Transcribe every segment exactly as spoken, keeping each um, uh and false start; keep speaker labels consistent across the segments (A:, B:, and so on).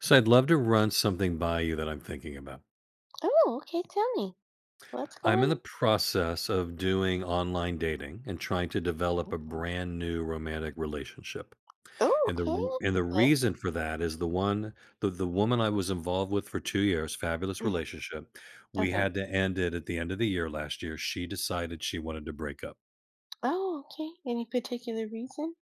A: So I'd love to run something by you that I'm thinking about.
B: Oh, okay, tell me. What's
A: I'm in the
B: going
A: process of doing online dating and trying to develop a
B: on?
A: brand new romantic relationship.
B: Oh,
A: And
B: okay,
A: the and
B: that's
A: the
B: good.
A: reason for that is the one the, the woman I was involved with for two years. Fabulous
B: Mhm.
A: relationship. We
B: Okay.
A: had to end it at the end of the year last year. She decided she wanted to break up.
B: Oh, okay. Any particular reason?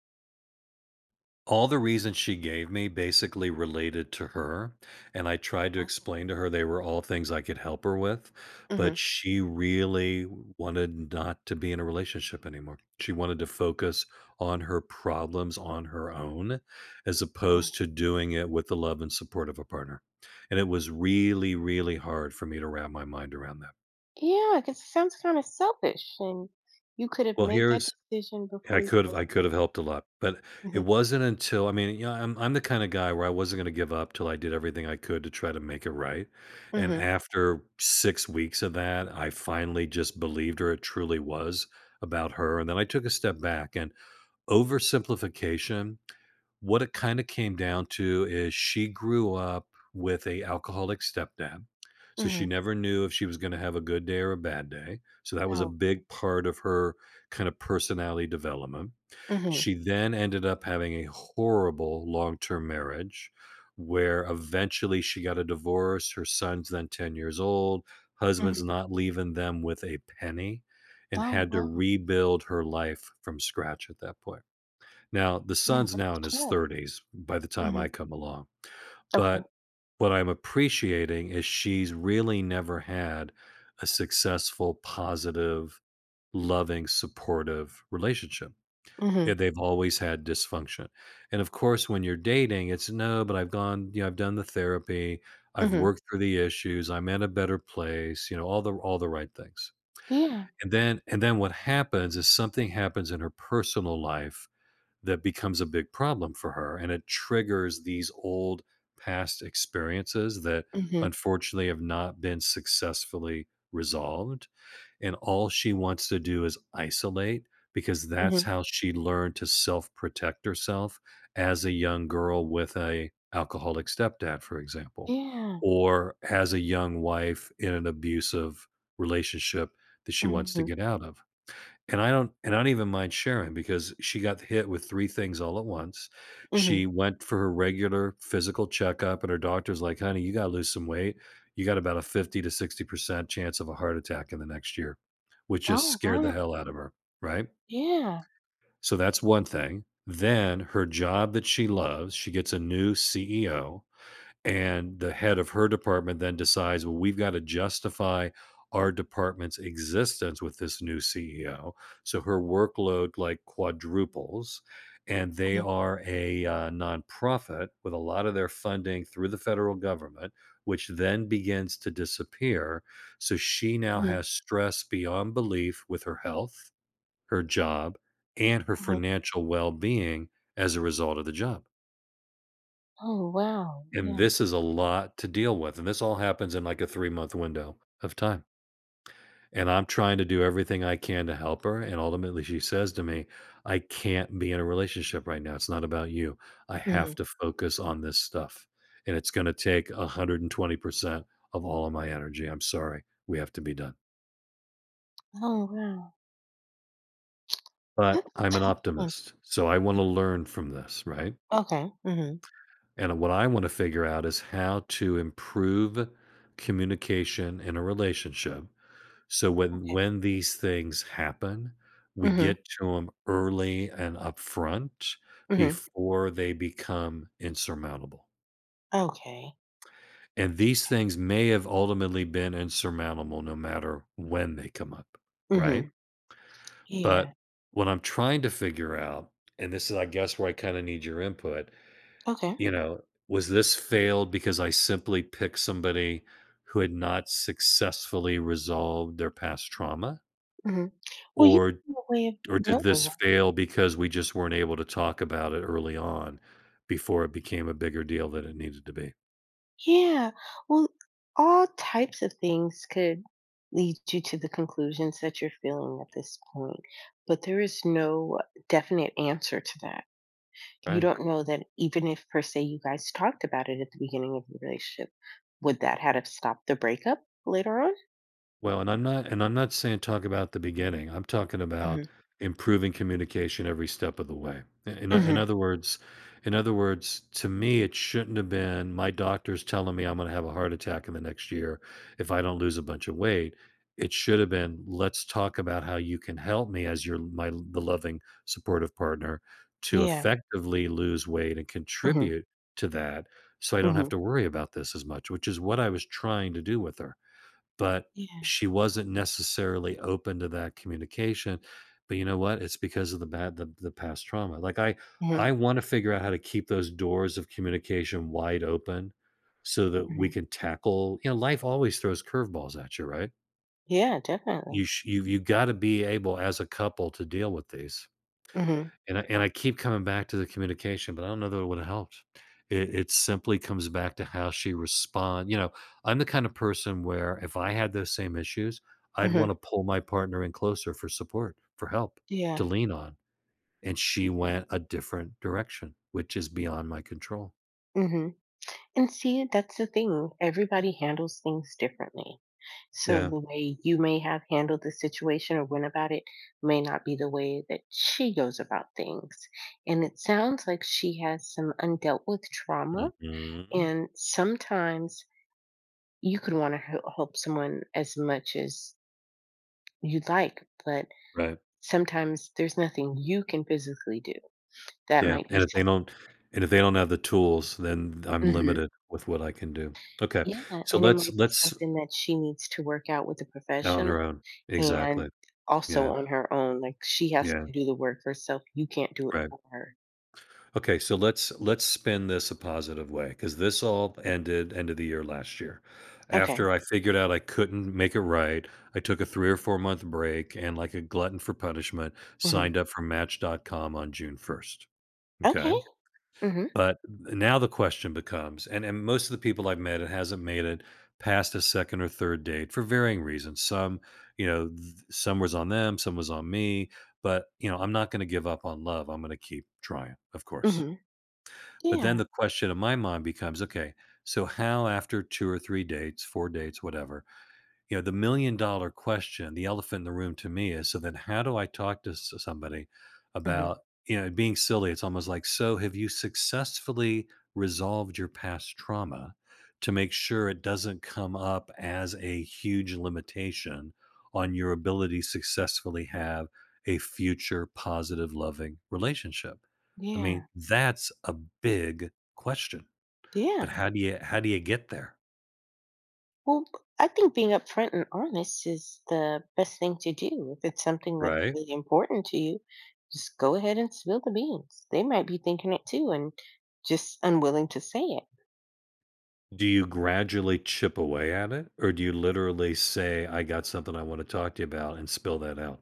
A: All the reasons she gave me basically related to her, and I tried to
B: Oh.
A: explain to her they were all things I could help her with, but
B: Hmm.
A: she really wanted not to be in a relationship anymore. She wanted to focus on her problems on her own as
B: Oh.
A: opposed to doing it with the love and support of a partner, and it was really, really hard for me to wrap my mind around that.
B: Yeah, because it sounds kind of selfish, and you could have
A: Well,
B: made that
A: here's
B: decision
A: I
B: before you
A: could have
B: was.
A: I could have helped a lot, but it
B: Hmm.
A: wasn't until, I mean, you know, I'm I'm the kind of guy where I wasn't going to give up till I did everything I could to try to make it right. And
B: Hmm.
A: after six weeks of that, I finally just believed her it truly was about her, and then I took a step back and, oversimplification, what it kind of came down to is she grew up with a alcoholic stepdad. So she
B: Hmm.
A: never knew if she was going to have a good day or a bad day. So that was a
B: Oh.
A: big part of her kind of personality development.
B: Hmm.
A: She then ended up having a horrible long-term marriage where eventually she got a divorce, her son's then ten years old,
B: Hmm.
A: husband's not leaving them with a penny, and
B: Oh,
A: had to
B: wow.
A: rebuild her life from scratch at that point. Now, the
B: Yeah,
A: son's now
B: that's
A: in his
B: tough.
A: thirties by the time
B: Hmm.
A: I come along,
B: Okay.
A: but what I'm appreciating is she's really never had a successful, positive, loving, supportive relationship.
B: Hmm.
A: Yeah, they've always had dysfunction. And of course, when you're dating, it's no, but I've gone, you know, I've done the therapy, I've
B: Hmm.
A: worked through the issues, I'm in a better place, you know, all the all the right things.
B: Yeah.
A: And then and then what happens is something happens in her personal life that becomes a big problem for her. And it triggers these old past experiences that
B: Hmm.
A: unfortunately have not been successfully resolved, and all she wants to do is isolate because that's
B: Hmm.
A: how she learned to self-protect herself as a young girl with a alcoholic stepdad, for example,
B: Yeah.
A: or as a young wife in an abusive relationship that she wants to
B: Hmm.
A: get out of. And I don't and I don't even mind sharing because she got hit with three things all at once.
B: Hmm.
A: She went for her regular physical checkup, and her doctor's like, "Honey, you gotta lose some weight. You got about a fifty to sixty percent chance of a heart attack in the next year," which just
B: Oh,
A: scared the
B: wow.
A: hell out of her, right?
B: Yeah.
A: So that's one thing. Then her job that she loves, she gets a new C E O, and the head of her department then decides, well, we've got to justify our department's existence with this new C E O. So her workload like quadruples. And they
B: Hmm.
A: are a uh, nonprofit with a lot of their funding through the federal government, which then begins to disappear. So she now
B: Hmm.
A: has stress beyond belief with her health, her job, and her financial well being as a result of the job.
B: Oh, wow.
A: And
B: Yeah.
A: this is a lot to deal with, and this all happens in, like, a three-month window of time, and I'm trying to do everything I can to help her, and ultimately, she says to me, "I can't be in a relationship right now, it's not about you. I have to focus on this stuff, and it's gonna take one hundred twenty percent of all of my energy. I'm sorry, we have to be done."
B: Oh, wow. That's
A: But
B: a
A: I'm an
B: tough one.
A: optimist, so I wanna learn from this, right?
B: Okay. Mhm.
A: And what I wanna figure out is how to improve communication in a relationship. So when
B: Okay.
A: when these things happen, we
B: Mhm.
A: get to them early and upfront
B: Mhm.
A: before they become insurmountable.
B: Okay.
A: And these things may have ultimately been insurmountable no matter when they come up, right?
B: Mhm. Yeah.
A: But what I'm trying to figure out, and this is, I guess, where I kinda need your input,
B: Okay.
A: you know, was this failed because I simply picked somebody who had not successfully resolved their past trauma?
B: Mhm. Well, you
A: Or
B: have a way of
A: Or did
B: knowing
A: this
B: that.
A: fail because we just weren't able to talk about it early on before it became a bigger deal than it needed to be?
B: Yeah. Well, all types of things could lead you to the conclusions that you're feeling at this point, but there is no definite answer to that. You
A: Right.
B: don't know that even if per se you guys talked about it at the beginning of the relationship, would that have stopped the breakup later on?
A: Well, and I'm not and I'm not saying talk about the beginning. I'm talking
B: Mhm.
A: about improving communication every step of the way. In o- in
B: Mhm.
A: other words, in other words, to me, it shouldn't have been my doctor's telling me I'm going to have a heart attack in the next year if I don't lose a bunch of weight. It should have been, let's talk about how you can help me as your my the loving supportive partner to
B: Yeah.
A: effectively lose weight and
B: Mhm.
A: contribute to that so I don't
B: Mhm.
A: have to worry about this as much, which is what I was trying to do with her. But
B: Yeah.
A: she wasn't necessarily open to that communication, but you know what? It's because of the bad the the past trauma. Like, I
B: Mhm,
A: I wanna figure out how to keep those doors of communication wide open so that we
B: mhm.
A: can tackle, you know, life always throws curveballs at you, right?
B: Yeah, definitely.
A: You sh you you gotta be able as a couple to deal with these.
B: Mhm,
A: And I and I keep coming back to the communication, but I don't know that it would've helped. It it simply comes back to how she respond. you know, I'm the kind of person where if I had those same issues, I'd
B: mhm.
A: wanna pull my partner in closer for support, for help, to
B: Yeah.
A: lean on, and she went a different direction, which is beyond my control.
B: Mhm. And see, that's the thing, everybody handles things differently. So
A: Yeah.
B: the way you may have handled the situation or went about it may not be the way that she goes about things. And it sounds like she has some undealt with trauma,
A: Mhm.
B: and sometimes you could wanna help someone as much as you'd like, but
A: Right.
B: sometimes there's nothing you can physically do. That
A: Yeah,
B: might be.
A: and if they don't and if they don't have the tools, then I'm
B: Mhm.
A: limited with what I can do. Okay,
B: Yeah,
A: so
B: and it
A: let's
B: might be
A: let's
B: something that she needs to work out with a
A: out on our
B: professional
A: own.
B: and
A: Exactly.
B: also
A: Yeah.
B: on her own, like, she has
A: Yeah,
B: to do the work herself, you can't do it
A: right.
B: for her.
A: Okay, so let's let's spin this a positive way because this all ended end of the year last year.
B: Okay.
A: After I figured out I couldn't make it right, I took a three or four month break and, like a glutton for punishment,
B: Mhm.
A: signed up for Match dot com on June first.
B: Okay.
A: Okay,
B: Mhm.
A: but now the question becomes, and and most of the people I've met, it hasn't made it past a second or third date for varying reasons. Some, you know, th some was on them, some was on me, but, you know, I'm not gonna give up on love. I'm gonna keep trying, of course.
B: Mhm.
A: But then
B: Yeah.
A: the question in my mind becomes, "Okay, so how after two or three dates, four dates, whatever, you know, the million dollar question, the elephant in the room to me is so then how do I talk to s- somebody
B: Mhm.
A: about, you know, being silly? It's almost like, so have you successfully resolved your past trauma to make sure it doesn't come up as a huge limitation on your ability to successfully have a future positive, loving relationship? I
B: Yeah.
A: mean, that's a big question. But
B: Yeah.
A: how do you how do you get there?
B: Well, b- I think being upfront and honest is the best thing to do. If it's something that's
A: Right.
B: really important to you, just go ahead and spill the beans. They might be thinking it too and just unwilling to say it.
A: Do you gradually chip away at it, or do you literally say, 'I got something I wanna talk to you about,' and spill that out?"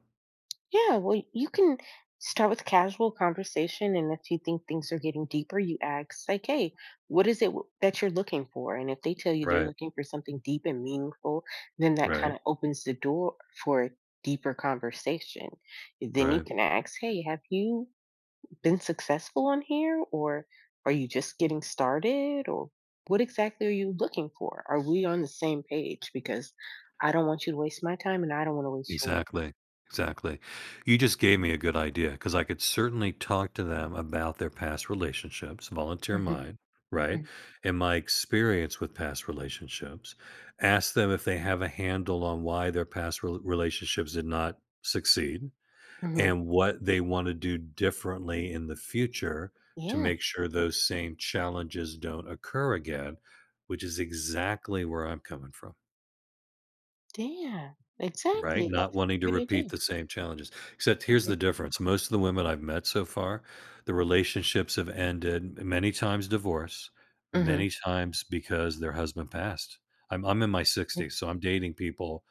B: Yeah, well, you can start with casual conversation, and if you think things are getting deeper, you ask, like, hey, what is it w- that you're looking for? And if they tell you they're
A: Right,
B: looking for something deep and meaningful, then that kind
A: right,
B: of opens the door for a deeper conversation. Then you
A: right.
B: can ask, hey, have you been successful on here? Or are you just getting started? Or what exactly are you looking for? Are we on the same page? Because I don't want you to waste my time and I don't want to waste yours.
A: Exactly, exactly. You just gave me a good idea because I could certainly talk to them about their past relationships, volunteer
B: Mhm,
A: mine, right,
B: mhm,
A: and my experience with past relationships, ask them if they have a handle on why their past rel relationships did not succeed,
B: mhm.
A: and what they wanna do differently in the future to
B: Yeah,
A: make sure those same challenges don't occur again, which is exactly where I'm coming from,
B: yeah,
A: right?
B: exactly,
A: Not
B: that's a
A: wanting to
B: great
A: repeat
B: idea.
A: the same challenges, except here's
B: Mhm,
A: the difference, most of the women I've met so far, the relationships have ended many times divorce,
B: mhm,
A: many times because their husband passed. I'm I'm in my
B: mm,
A: sixties, so I'm dating people.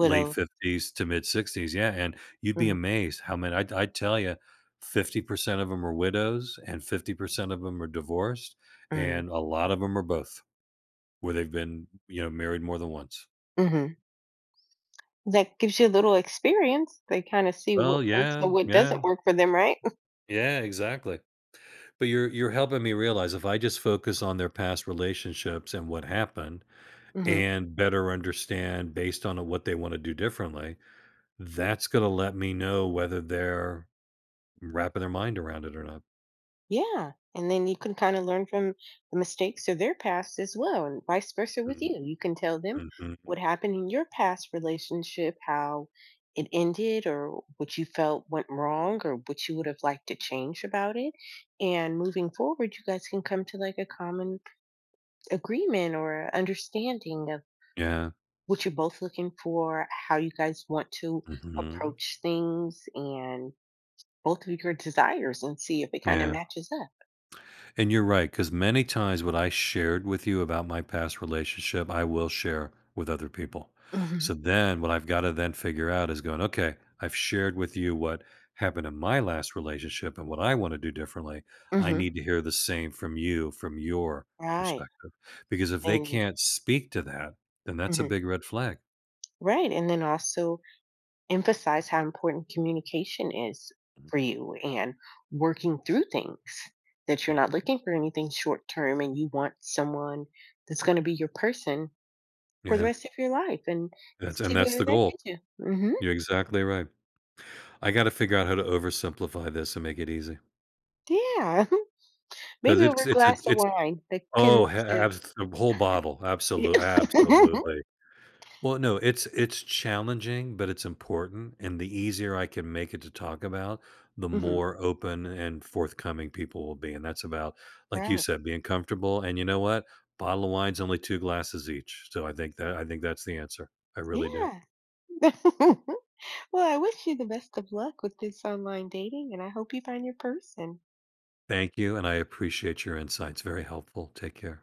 A: Late fifties to mid sixties, yeah, and you'd be
B: mhm,
A: amazed how many, i i tell you, fifty percent of of them are widows and fifty percent of of them are divorced,
B: mhm,
A: and a lot of them are both, where they've been, you know, married more than once.
B: mhm. That gives you a little experience, they kinda see what
A: Well,
B: works and
A: yeah,
B: what
A: yeah,
B: doesn't work for them, right?
A: yeah, exactly. But you're you're helping me realize if I just focus on their past relationships and what happened,
B: Mhm.
A: and better understand based on what they wanna do differently, that's gonna let me know whether they're wrapping their mind around it or not.
B: Yeah. And then you can kind of learn from the mistakes of their past as well, and vice versa with
A: Mm,
B: you. You can tell them
A: mhm.
B: what happened in your past relationship, how it ended, or what you felt went wrong, or what you would have liked to change about it. And moving forward, you guys can come to like a common agreement or a understanding of
A: Yeah.
B: what you're both looking for, how you guys want to
A: Mhm.
B: approach things, and both of your desires, and see if it kind of
A: Yeah.
B: matches up.
A: And you're right, right. Because many times what I shared with you about my past relationship, I will share with other people. So
B: Hmm.
A: then what I've gotta then figure out is going, "Okay, I've shared with you what happened in my last relationship and what I wanna do differently. I
B: Hmm.
A: need to hear the same from you, from your
B: Right.
A: perspective." Because if they
B: And
A: can't speak to that, then that's a
B: mhm.
A: big red flag.
B: Right. And then also emphasize how important communication is for you and working through things that you're
A: Mhm.
B: not looking for anything short term and you want someone that's going to be your person for the
A: Yeah.
B: rest of your life and
A: That's
B: see
A: and that's
B: where
A: the
B: that
A: goal.
B: gets you. Hmm.
A: You're exactly right. I gotta figure out how to oversimplify this and make it easy.
B: Yeah.
A: 'Cause
B: Maybe over
A: it's
B: a
A: it's a
B: glass of
A: it's
B: wine that can.
A: oh, ha abs the whole bottle,
B: Yeah.
A: absolute absolutely. Well, no, it's it's challenging, but it's important, and the easier I can make it to talk about, the
B: Mhm.
A: more open and forthcoming people will be, and that's about, like you
B: Right.
A: said, being comfortable, and you know what? Bottle of wine's only two glasses each, so I think that I think that's the answer. I really do.
B: Yeah. Well, I wish you the best of luck with this online dating and I hope you find your person.
A: Thank you, and I appreciate your insights, very helpful. Take care.